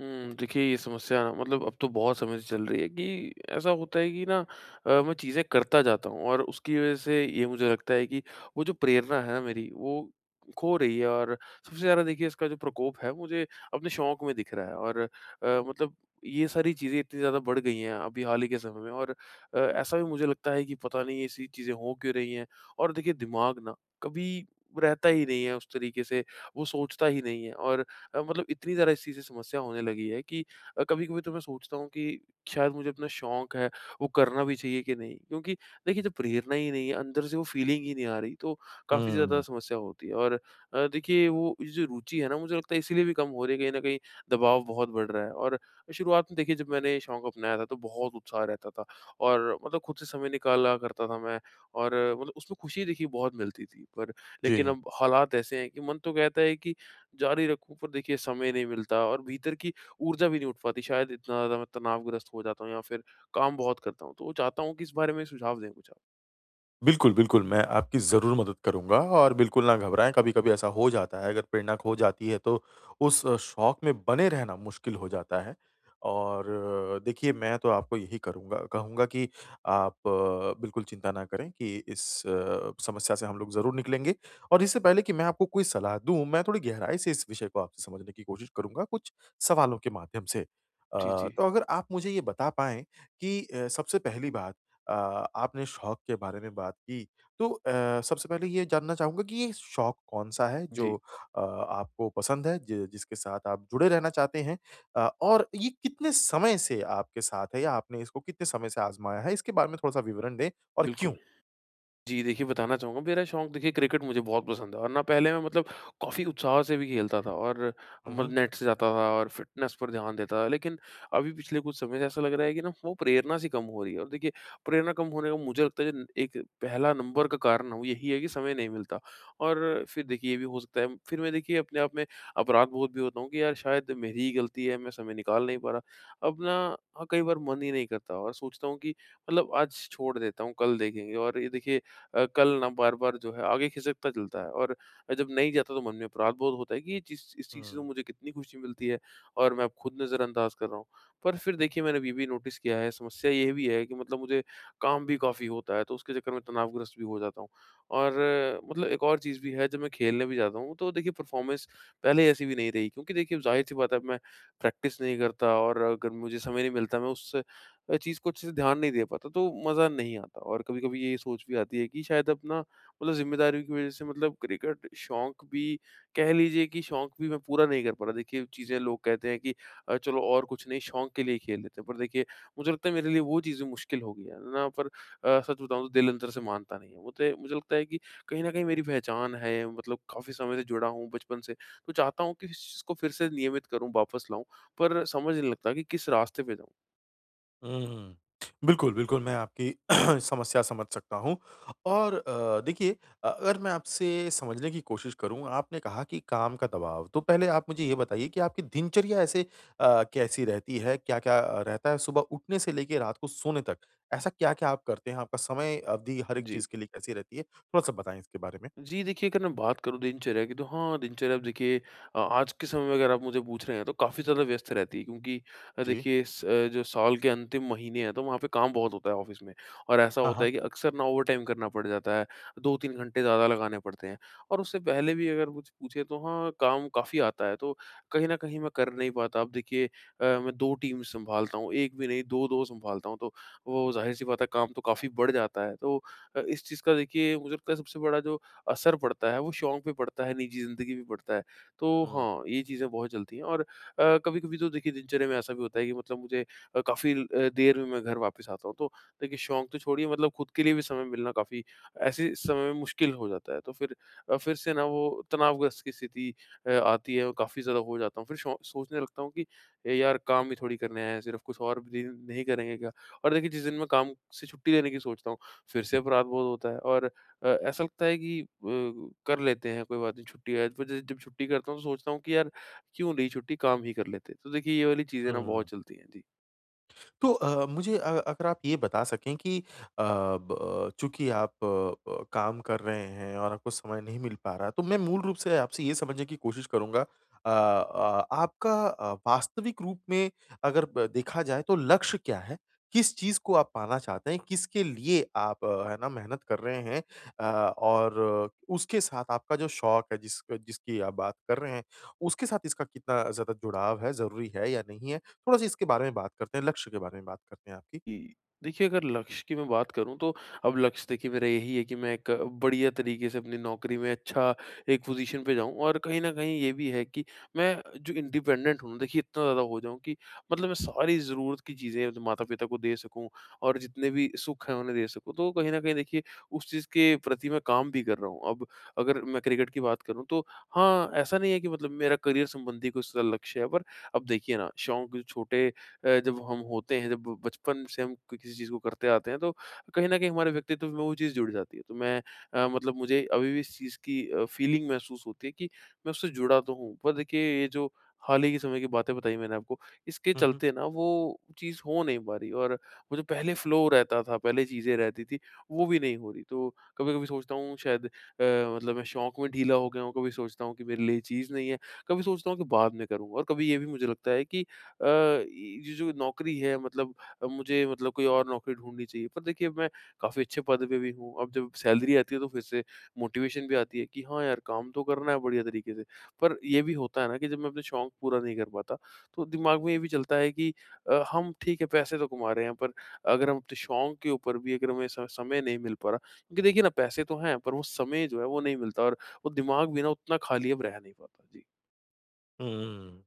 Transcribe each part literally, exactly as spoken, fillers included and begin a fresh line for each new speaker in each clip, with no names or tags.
हुँ, देखिए ये समस्या ना, मतलब, अब तो बहुत समय से चल रही है कि ऐसा होता है कि ना, अ, मैं चीज़ें करता जाता हूँ और उसकी वज़ह से ये मुझे लगता है कि वो जो प्रेरणा है ना मेरी, वो खो रही है। और सबसे ज़्यादा देखिए इसका जो प्रकोप है, मुझे अपने शौक में दिख रहा है। और अ, मतलब, ये सारी चीज़ें इतनी ज़्यादा बढ़ गई हैं अभी हाल ही के समय में। और अ, ऐसा भी मुझे लगता है कि पता नहीं ऐसी चीज़ें हो क्यों रही हैं। और देखिए दिमाग ना, कभी रहता ही नहीं है उस तरीके से, वो सोचता ही नहीं है। और अ, मतलब, इतनी ज़्यादा इस चीज़ से समस्या होने लगी है कि अ, कभी-कभी तो मैं सोचता हूँ कि शायद मुझे अपना शौक है, वो करना भी चाहिए कि नहीं? क्योंकि देखिए जब प्रेरणा ही नहीं है, अंदर से वो फीलिंग ही नहीं आ रही, तो काफ़ी ज़्यादा
हुँ।
समस्या होती है। और अ, देखिए वो, ये जो रुचि है ना, मुझे लगता है इसीलिए भी कम हो रही है, कहीं न कहीं दबाव बहुत बढ़ रहा है। और शुरुआत में देखिए जब मैंने शौक अपनाया था, तो बहुत उत्साह रहता था और मतलब खुद से समय निकाला करता था मैं, और मतलब उसमें खुशी देखिए बहुत मिलती थी। पर
जी।
लेकिन अब हालात ऐसे हैं कि मन तो कहता है कि जारी रखूँ, पर देखिए समय नहीं मिलता और भीतर की ऊर्जा भी नहीं उठ पाती। शायद इतना ज़्यादा मैं तनावग्रस्त हो जाता हूँ या फिर काम बहुत करता हूँ। तो चाहता हूँ कि इस बारे में सुझाव दें कुछ आप।
बिल्कुल, बिल्कुल, मैं आपकी ज़रूर मदद करूँगा और बिल्कुल ना घबराएँ, कभी-कभी ऐसा हो जाता है, अगर प्रेरणा खो जाती है तो उस अ, शौक में बने रहना मुश्किल हो जाता है। और अ, देखिए, मैं तो आपको यही करूँगा कहूँगा कि आप अ, बिल्कुल चिंता ना करें कि इस अ, समस्या से हम लोग ज़रूर निकलेंगे। और इससे पहले कि मैं आपको कोई सलाह दूँ, मैं थोड़ी गहराई से इस विषय को आपसे समझने की कोशिश करूँगा कुछ सवालों के माध्यम से। अ,
जी, जी।
तो अगर आप मुझे ये बता पाएँ कि अ, सबसे पहली बात अ, आपने शौक के बारे में बात की, तो अ, सबसे पहले ये जानना चाहूँगा कि ये शौक कौन-सा है जो
जी,
अ, आपको पसंद है, जि जिसके साथ आप जुड़े रहना चाहते हैं? अ, और ये कितने समय से आपके साथ है या आपने इसको कितने समय से आज़माया है? इसके बारे में थोड़ा-सा विवरण दें और
बिल्कुल।
क्यों?
जी, देखिए बताना चाहूँगा, मेरा शौक देखिए क्रिकेट मुझे बहुत पसंद है, और ना, पहले मैं मतलब काफ़ी उत्साह से भी खेलता था और
हुँ,
मतलब
हुँ।
नेट से जाता था और फ़िटनेस पर ध्यान देता था। लेकिन अभी पिछले कुछ समय से ऐसा लग रहा है कि ना, वो प्रेरणा सी कम हो रही है। और देखिए प्रेरणा कम होने का मुझे लगता है जो एक पहला नंबर का कारण है, वो यही है कि समय नहीं मिलता। और फिर देखिए ये भी हो सकता है, फिर मैं देखिए अपने आप में अपराध बोध भी होता हूँ कि यार शायद मेरी ही गलती है, मैं समय निकाल नहीं पा रहा। अब ना, हाँ, कई बार मन ही नहीं करता और सोचता हूँ कि मतलब आज छोड़ देता हूँ, कल देखेंगे। और ये देखिए, अ, कल ना बार-बार जो है आगे खिसकता चलता है। और जब नहीं जाता तो मन में अपराध बोध होता है कि ये चीज़, इस चीज़ से तो
हुँ।
मुझे कितनी खुशी मिलती है और मैं अब खुद नज़रअंदाज कर रहा हूँ। पर फिर देखिए मैंने ये भी नोटिस किया है, समस्या ये भी है कि मतलब मुझे काम भी काफ़ी होता है, तो उसके चक्कर में तनावग्रस्त भी हो जाता हूँ। और अ, मतलब, एक और चीज़ भी है, जब मैं खेलने भी जाता हूँ तो देखिए परफ़ॉर्मेंस पहले जैसी भी नहीं रही, क्योंकि देखिए ज़ाहिर-सी बात है, अब मैं प्रैक्टिस नहीं करता। और अगर मुझे समय नहीं मिलता, मैं उस अ, चीज़ को अच्छे से ध्यान नहीं दे पाता, तो मज़ा नहीं आता। और कभी-कभी ये सोच भी आती है कि शायद अपना मतलब ज़िम्मेदारियों की वज़ह से, मतलब क्रिकेट शौक भी, कह लीजिए कि शौक भी मैं पूरा नहीं कर पा रहा। देखिए चीज़ें लोग कहते हैं कि अ, चलो और कुछ नहीं, शौक के लिए खेल लेते हैं, पर देखिए मुझे लगता है मेरे लिए वो चीज़ें मुश्किल हो गई है ना। पर अ, सच बताऊँ तो दिल अंदर से मानता नहीं है। मुझे मुझे लगता है कि कहीं न कहीं मेरी पहचान है, मतलब काफ़ी समय से जुड़ा हूँ बचपन से, तो चाहता हूँ कि इस चीज़ को फिर से नियमित करूँ, वापस लाऊँ, पर समझ नहीं लगता कि किस रास्ते पे जाऊँ।
हुँ। बिल्कुल, बिल्कुल मैं आपकी समस्या समझ सकता हूँ और अ, देखिए अगर मैं आपसे समझने की कोशिश करूँ, आपने कहा कि काम का दबाव, तो पहले आप मुझे ये बताइए कि आपकी दिनचर्या ऐसे अ, कैसी रहती है? क्या-क्या रहता है सुबह उठने से लेके रात को सोने तक? ऐसा क्या-क्या आप करते हैं? आपका समय अवधि हर एक
जी।
चीज़ के लिए कैसी रहती है? थोड़ा-सा बताएँ इसके बारे में।
जी, देखिए अगर मैं बात करूँ दिनचर्या की, तो हाँ, दिनचर्या अब देखिए अ, आज के समय में अगर आप मुझे पूछ रहे हैं, तो काफ़ी ज़्यादा व्यस्त रहती है, क्योंकि अ,
जी।
देखिए स अ, जो साल के अंतिम महीने हैं, तो वहाँ पे काम बहुत होता है ऑफ़िस में। और ऐसा
हाँ,
होता
हाँ।
है कि अक्सर ना ओवरटाइम करना पड़ जाता है, दो-तीन घंटे ज़्यादा लगाने पड़ते हैं। और उससे पहले भी अगर मुझे पूछे तो हाँ, काम काफ़ी आता है, तो कहीं न कहीं मैं कर नहीं पाता। अब देखिए अ, मैं दो टीम सँभालता हूँ, एक भी नहीं, दो-दो सँभालता हूँ, तो वो ज़ाहिर-सी बात है काम तो काफ़ी बढ़ जाता है। तो अ, इस चीज़ का देखिए मुझे लगता है सबसे बड़ा जो असर पड़ता है, वो शौक पे पड़ता है, निजी ज़िंदगी पे पड़ता है। तो
हुँ,
हाँ, ये चीज़ें बहुत चलती हैं। और अ, कभी-कभी तो देखिए दिनचर्या में ऐसा भी होता है कि मतलब मुझे अ, काफ़ी अ, देर में मैं घर वापस आता हूँ। तो देखिए शौक तो छोड़िए, मतलब खुद के लिए भी समय मिलना काफ़ी ऐसे समय में मुश्किल हो जाता है। तो फिर अ, फिर से ना वो तनावग्रस्त की स्थिति अ, आती है और काफ़ी ज़्यादा हो जाता हूँ। फिर शौ सोचने लगता हूँ कि "ए यार, काम ही थोड़ी करने आए हैं, सिर्फ कुछ और भी दिन नहीं करेंगे क्या?" और देखिए जिस दिन मैं काम से छुट्टी लेने की सोचता हूँ, फिर से अपराध बोध होता है। और अ, ऐसा लगता है कि अ, कर लेते हैं, कोई बात नहीं, छुट्टी है। फिर जैसे जब छुट्टी करता हूँ तो सोचता हूँ कि यार क्यों ली छुट्टी, काम ही कर लेते। तो देखिए ये वाली चीज़ें ना बहुत
हुँ।
चलती हैं जी।
तो अ, मुझे अ, अगर आप ये बता सकें कि अ, ब चूँकि आप अ अ, काम कर रहे हैं और आपको समय नहीं मिल पा रहा, तो मैं मूल रूप से आपसे ये समझने की कोशिश करूँगा अ अ, आपका अ, वास्तविक रूप में अगर ब देखा जाए तो लक्ष्य क्या है? किस चीज़ को आप पाना चाहते हैं? किसके लिए आप अ, है ना मेहनत कर रहे हैं? अ, और अ, उसके साथ आपका जो शौक है जिस जिसकी आप बात कर रहे हैं, उसके साथ इसका कितना ज़्यादा जुड़ाव है, ज़रूरी है या नहीं है? थोड़ा-सा इसके बारे में बात करते हैं, लक्ष्य के बारे में बात करते हैं आपकी।
जी। देखिए, अगर लक्ष्य की मैं बात करूँ, तो अब लक्ष्य देखिए मेरा यही है कि मैं एक बढ़िया तरीके से अपनी नौकरी में अच्छा एक पोज़ीशन पे जाऊँ, और कहीं न कहीं ये भी है कि मैं जो इंडिपेंडेंट हूँ देखिए इतना ज़्यादा हो जाऊँ कि मतलब मैं सारी ज़रूरत की चीज़ें अपने माता-पिता को दे सकूँ और जितने भी सुख हैं उन्हें दे सकूँ। तो कहीं न कहीं देखिए उस चीज़ के प्रति मैं काम भी कर रहा हूँ। अब अगर मैं क्रिकेट की बात करूँ, तो हाँ, ऐसा नहीं है कि मतलब मेरा करियर संबंधी कोई स लक्ष्य है, पर अब देखिए ना शौक जो छोटे अ, जब हम होते हैं, जब बचपन से हम क किसी चीज़ को करते आते हैं, तो कहीं न कहीं हमारे व्यक्तित्व में वो चीज़ जुड़ जाती है। तो मैं अ, मतलब, मुझे अभी भी इस चीज़ की अ, फ़ीलिंग महसूस होती है कि मैं उससे जुड़ा तो हूँ, पर देखिए ये जो हाल ही के समय की बातें बताई मैंने आपको, इसके
हुँ, हुँ।
चलते ना वो चीज़ हो नहीं पा रही। और वो जो पहले फ़्लो रहता था, पहले चीज़ें रहती थी, वो भी नहीं हो रही। तो कभी-कभी सोचता हूँ शायद अ, मतलब, मैं शौक में ढीला हो गया हूँ। कभी सोचता हूँ कि मेरे लिए ये चीज़ नहीं है, कभी सोचता हूँ कि बाद में करूँगा, और कभी ये भी मुझे लगता है कि अ, ये जो नौकरी है, मतलब, अ, मुझे मतलब कोई और नौकरी ढूँढनी चाहिए। पर देखिए मैं काफ़ी अच्छे पद पे भी हूँ। अब जब सैलरी आती है तो फिर से मोटिवेशन भी आती है कि हाँ यार, काम तो करना है बढ़िया तरीके से। पर ये भी होता है ना कि जब मैं अपने शौक पूरा नहीं कर पाता, तो दिमाग में ये भी चलता है कि अ, हम ठीक है, पैसे तो कमा रहे हैं, पर अगर हम अपने शौक के ऊपर भी, अगर हमें स समय नहीं मिल पा रहा, क्योंकि देखिए ना पैसे तो हैं पर वो समय जो है वो नहीं मिलता। और वो दिमाग भी ना उतना खाली अब रह नहीं पाता। जी।
हुँ,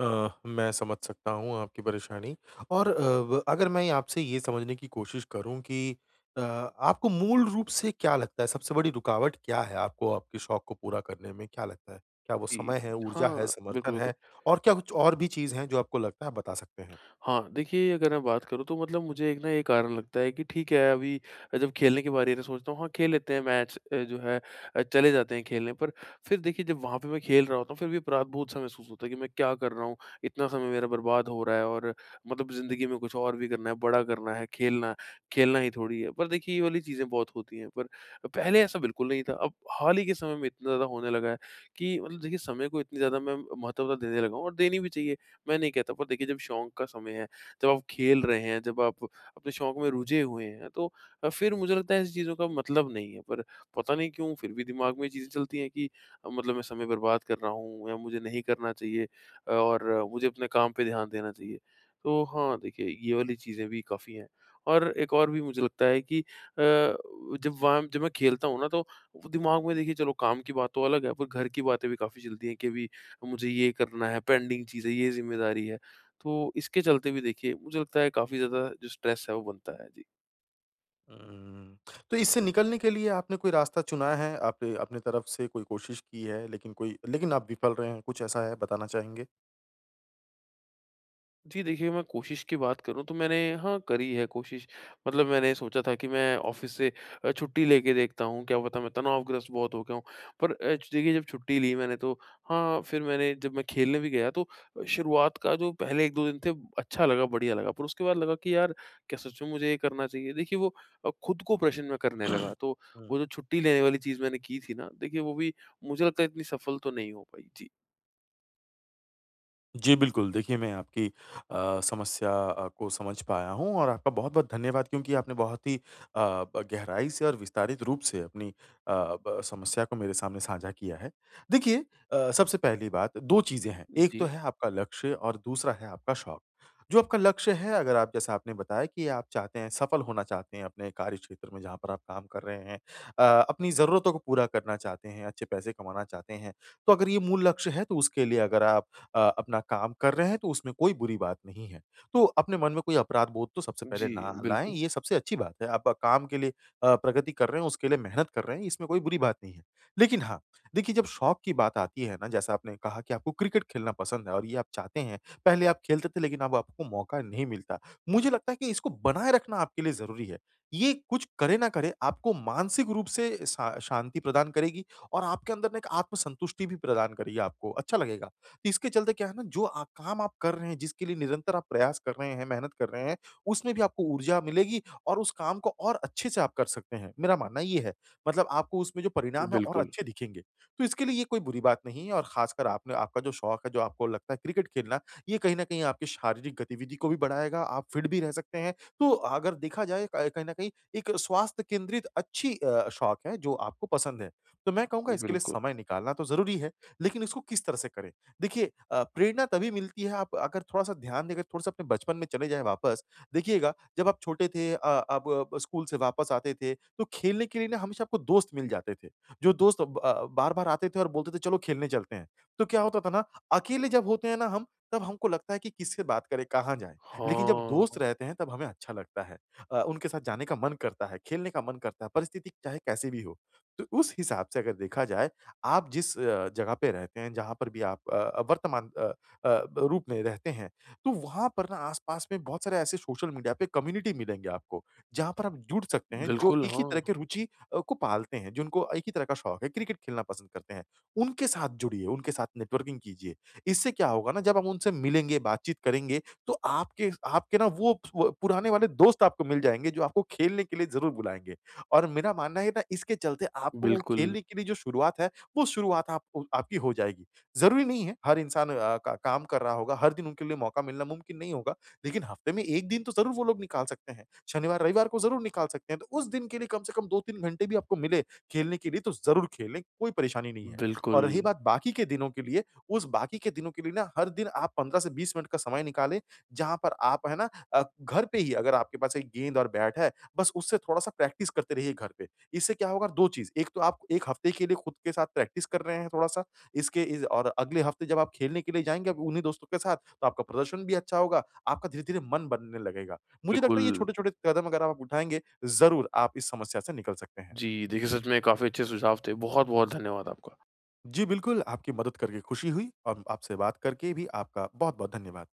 अ, मैं समझ सकता हूँ आपकी परेशानी और अ, ब अगर मैं आपसे ये समझने की कोशिश करूँ कि अ, आपको मूल रूप से क्या लगता है, सबसे बड़ी रुकावट क्या है आपको आपके शौक को पूरा करने में, क्या लगता है? क्या वो
जी।
समय है, ऊर्जा है,
हाँ, बिल्कुल,
समर्थन
बिल्कुल।
है और क्या कुछ और भी चीज़ हैं जो आपको लगता है, आप बता सकते हैं?
हाँ, देखिए अगर मैं बात करूँ, तो मतलब मुझे एक ना ये कारण लगता है कि ठीक है, अभी जब खेलने की बारी है तो सोचता हूँ हाँ, खेल लेते हैं मैच अ, जो है, अ, चले जाते हैं खेलने, पर फिर देखिए जब वहाँ पे मैं खेल रहा होता हूँ फिर भी अपराध-बोध सा महसूस होता है कि मैं क्या कर रहा हूँ? इतना समय मेरा बर्बाद हो रहा है और मतलब ज़िंदगी में कुछ और भी करना है, बड़ा करना है, खेलना खेलना ही थोड़ी है। पर देखिए ये वाली चीज़ें बहुत होती हैं, पर पहले ऐसा बिल्कुल नहीं था। अब हाल ही के समय में इतना ज़्यादा होने लगा है कि मतलब देखिए समय को इतनी ज़्यादा मैं महत्वता देने लगा हूँ और देनी भी चाहिए। मैं नहीं कहता, पर देखिए जब शौक का समय है, जब आप खेल रहे हैं, जब आप अपने शौक में रुझे हुए हैं, तो अ, फिर मुझे लगता है ऐसी चीज़ों का मतलब नहीं है। पर पता नहीं क्यों फिर भी दिमाग में ये चीज़ें चलती हैं कि अ, मतलब मैं समय बर्बाद कर रहा हूँ या मुझे नहीं करना चाहिए, अ, और अ, मुझे अपने काम पे ध्यान देना चाहिए। तो हाँ, देखिए ये वाली चीज़ें भी काफ़ी हैं। और एक और भी मुझे लगता है कि अ, जब वहाँ जब मैं खेलता हूँ ना, तो वो दिमाग में देखिए, चलो काम की बात तो अलग है, पर घर की बातें भी काफ़ी चलती हैं कि अभी मुझे ये करना है, पेंडिंग चीज़ है, ये ज़िम्मेदारी है। तो इसके चलते भी देखिए मुझे लगता है काफ़ी ज़्यादा जो स्ट्रेस है वो बनता है। जी।
हुँ। तो इससे निकलने के लिए आपने कोई रास्ता चुना है? आपने अपनी तरफ से कोई कोशिश की है, लेकिन कोई लेकिन आप विफल रहे हैं, कुछ ऐसा है बताना चाहेंगे?
जी देखिए, मैं कोशिश की बात करूँ तो मैंने, हाँ, करी है कोशिश। मतलब मैंने सोचा था कि मैं ऑफ़िस से अ, छुट्टी लेके देखता हूँ, क्या पता मैं तनावग्रस्त बहुत हो गया हूँ। पर अ, च- देखिए जब छुट्टी ली मैंने, तो हाँ, फिर मैंने जब मैं खेलने भी गया तो शुरुआत का जो पहले एक-दो दिन थे, अच्छा लगा, बढ़िया लगा। पर उसके बाद लगा कि यार क्या सच में मुझे ये करना चाहिए? देखिए वो अ, खुद को प्रश्न मैं करने लगा। तो वो
हुँ।
जो छुट्टी लेने वाली चीज़ मैंने की थी ना, देखिए वो भी मुझे लगता है इतनी सफल तो नहीं हो पाई। जी।
जी, बिल्कुल। देखिए, मैं आपकी अ, समस्या अ, को समझ पाया हूँ और आपका बहुत-बहुत धन्यवाद क्योंकि आपने बहुत ही अ, ब गहराई से और विस्तारित रूप से अपनी अ, ब समस्या को मेरे सामने साझा किया है। देखिए अ, सबसे पहली बात दो चीज़ें हैं, एक तो
जी।
है आपका लक्ष्य और दूसरा है आपका शौक। जो आपका लक्ष्य है अगर आप जैसा आपने बताया कि आप चाहते हैं, सफल होना चाहते हैं अपने कार्य क्षेत्र में जहाँ पर आप काम कर रहे हैं। अ, अपनी ज़रूरतों को पूरा करना चाहते हैं, अच्छे पैसे कमाना चाहते हैं। तो अगर ये मूल लक्ष्य है तो उसके लिए अगर आप अ, अपना काम कर रहे हैं तो उसमें कोई बुरी बात नहीं है। तो अपने मन में कोई अपराध बोध तो सबसे पहले
जी,
ना लाएँ,
बिल्कुल।
ये सबसे अच्छी बात है। आप काम के लिए अ, प्रगति कर रहे हैं, उसके लिए मेहनत कर रहे हैं, इसमें कोई बुरी बात नहीं है। लेकिन हाँ, देखिए जब शौक की बात आती है ना जैसा आपने कहा कि आपको क्रिकेट खेलना पसंद है और ये आप चाहते हैं, पहले आप खेलते थे लेकिन अब आपको मौका नहीं मिलता। मुझे लगता है कि इसको बनाए रखना आपके लिए ज़रूरी है। ये कुछ करे ना करे आपको मानसिक रूप से शा शांति प्रदान करेगी और आपके अंदर ना एक आत्मसंतुष्टि भी प्रदान करेगी आपको, अच्छा लगेगा। तो इसके चलते क्या है ना जो आ, काम आप कर रहे हैं जिसके लिए निरंतर आप प्रयास कर रहे हैं मेहनत कर रहे हैं उसमें भी आपको ऊर्जा मिलेगी और उस काम को और अच्छे से आप कर सकते हैं मेरा मानना ये है मतलब आपको उसमें जो परिणाम है और
बिल्कुल,
अच्छे दिखेंगे तो इसके लिए ये कोई बुरी बात नहीं है और खासकर आपने आपका जो शौक है जो आपको लगता है क्रिकेट खेलना ये कहीं ना कहीं आपकी शारीरिक गतिविधि को भी बढ़ाएगा आप फिट भी रह सकते हैं तो अगर देखा जाए कहीं कहीं ना कहीं एक स्वास्थ्य केंद्रित अच्छी अ, शौक है जो आपको पसंद है तो मैं कहूंगा इसके लिए
बिल्कुल।
समय निकालना तो जरूरी है लेकिन इसको किस तरह से करें देखिए अ, प्रेरणा तभी मिलती है आप अगर थोड़ा-सा ध्यान देकर थोड़ा-सा अपने बचपन में चले जाएँ वापस, देखिएगा जब आप छोटे थे अ, आप अ, स्कूल से वापस आते थे, तो खेलने के लिए ना हमेशा आपको दोस्त मिल जाते थे। जो दोस्त ब अ, बार-बार आते थे और बोलते थे चलो खेलने चलते हैं। तो क्या होता था ना अकेले जब होते हैं ना हम, तब हमको लगता है कि किससे बात करें, कहाँ जाएँ? लेकिन जब
हाँ,
दोस्त रहते हैं तब हमें अच्छा लगता है। अ, उनके साथ जाने का मन करता है, खेलने का मन करता है, परिस्थिति चाहे कैसी भी हो। तो उस हिसाब से अगर देखा जाए आप जिस अ, जगह पे रहते हैं, जहाँ पर भी आप अ अ, वर्तमान अ अ, रूप में रहते हैं, तो वहाँ पर ना आस-पास में बहुत सारे ऐसे सोशल मीडिया पे कम्युनिटी मिलेंगे आपको, जहाँ पर आप जुड़ सकते हैं, जो
बिल्कुल,
एक ही
हाँ।
तरह के रुचि अ, को पालते हैं, जिनको एक ही तरह का शौक है, क्रिकेट खेलना पसंद करते हैं। उनके साथ जुड़िए, उनके साथ नेटवर्किंग कीजिए। इससे क्या होगा ना, जब हम उनसे मिलेंगे, बातचीत करेंगे, तो आपके आपके ना वो प पुराने वाले दोस्त आपको मिल जाएँगे, जो आपको खेलने के लिए ज़रूर बुलाएँगे और मेरा मानना है ना, इसके चलते आपको वो
बिल्कुल,
खेलने के लिए जो शुरुआत है, वो शुरुआत आप आपकी हो जाएगी। ज़रूरी नहीं है हर इंसान अ, का काम कर रहा होगा, हर दिन उनके लिए मौका मिलना मुमकिन नहीं होगा, लेकिन हफ्ते में एक दिन तो ज़रूर वो लोग निकाल सकते हैं। शनिवार-रविवार को ज़रूर निकाल सकते हैं, तो उस दिन के लिए कम से कम दो तीन घंटे भी आपको मिले खेलने के लिए, तो ज़रूर खेलें, कोई परेशानी नहीं है।
बिल्कुल,
और रही बात बाकी के दिनों के लिए, उस बाकी के दिनों के लिए ना हर दिन आप पंद्रह से बीस मिनट का समय निकालें, जहाँ पर आप है ना अ, घर पे ही अगर आपके पास एक गेंद और बैट है, बस उससे थोड़ा-सा प्रैक्टिस करते रहिए घर पे। इससे क्या होगा दो चीज़, एक तो आप एक हफ्ते के लिए खुद के साथ प्रैक्टिस कर रहे हैं थोड़ा-सा, इसके इज़ और अगले हफ्ते जब आप खेलने के लिए जाएँगे अब उन्हीं दोस्तों के साथ, तो आपका प्रदर्शन भी अच्छा होगा, आपका धीरे-धीरे मन बनने लगेगा। मुझे लगता
बिल्कुल।
है ये छोटे-छोटे कदम अगर आप उठाएँगे, ज़रूर आप इस समस्या से निकल सकते हैं।
जी, देखिए सच में काफ़ी अच्छे सुझाव थे। बहुत-बहुत धन्यवाद आपका।
जी बिल्कुल, आपकी मदद करके खुशी हुई और आपसे बात करके भी आपका बहुत-बहुत धन्यवाद।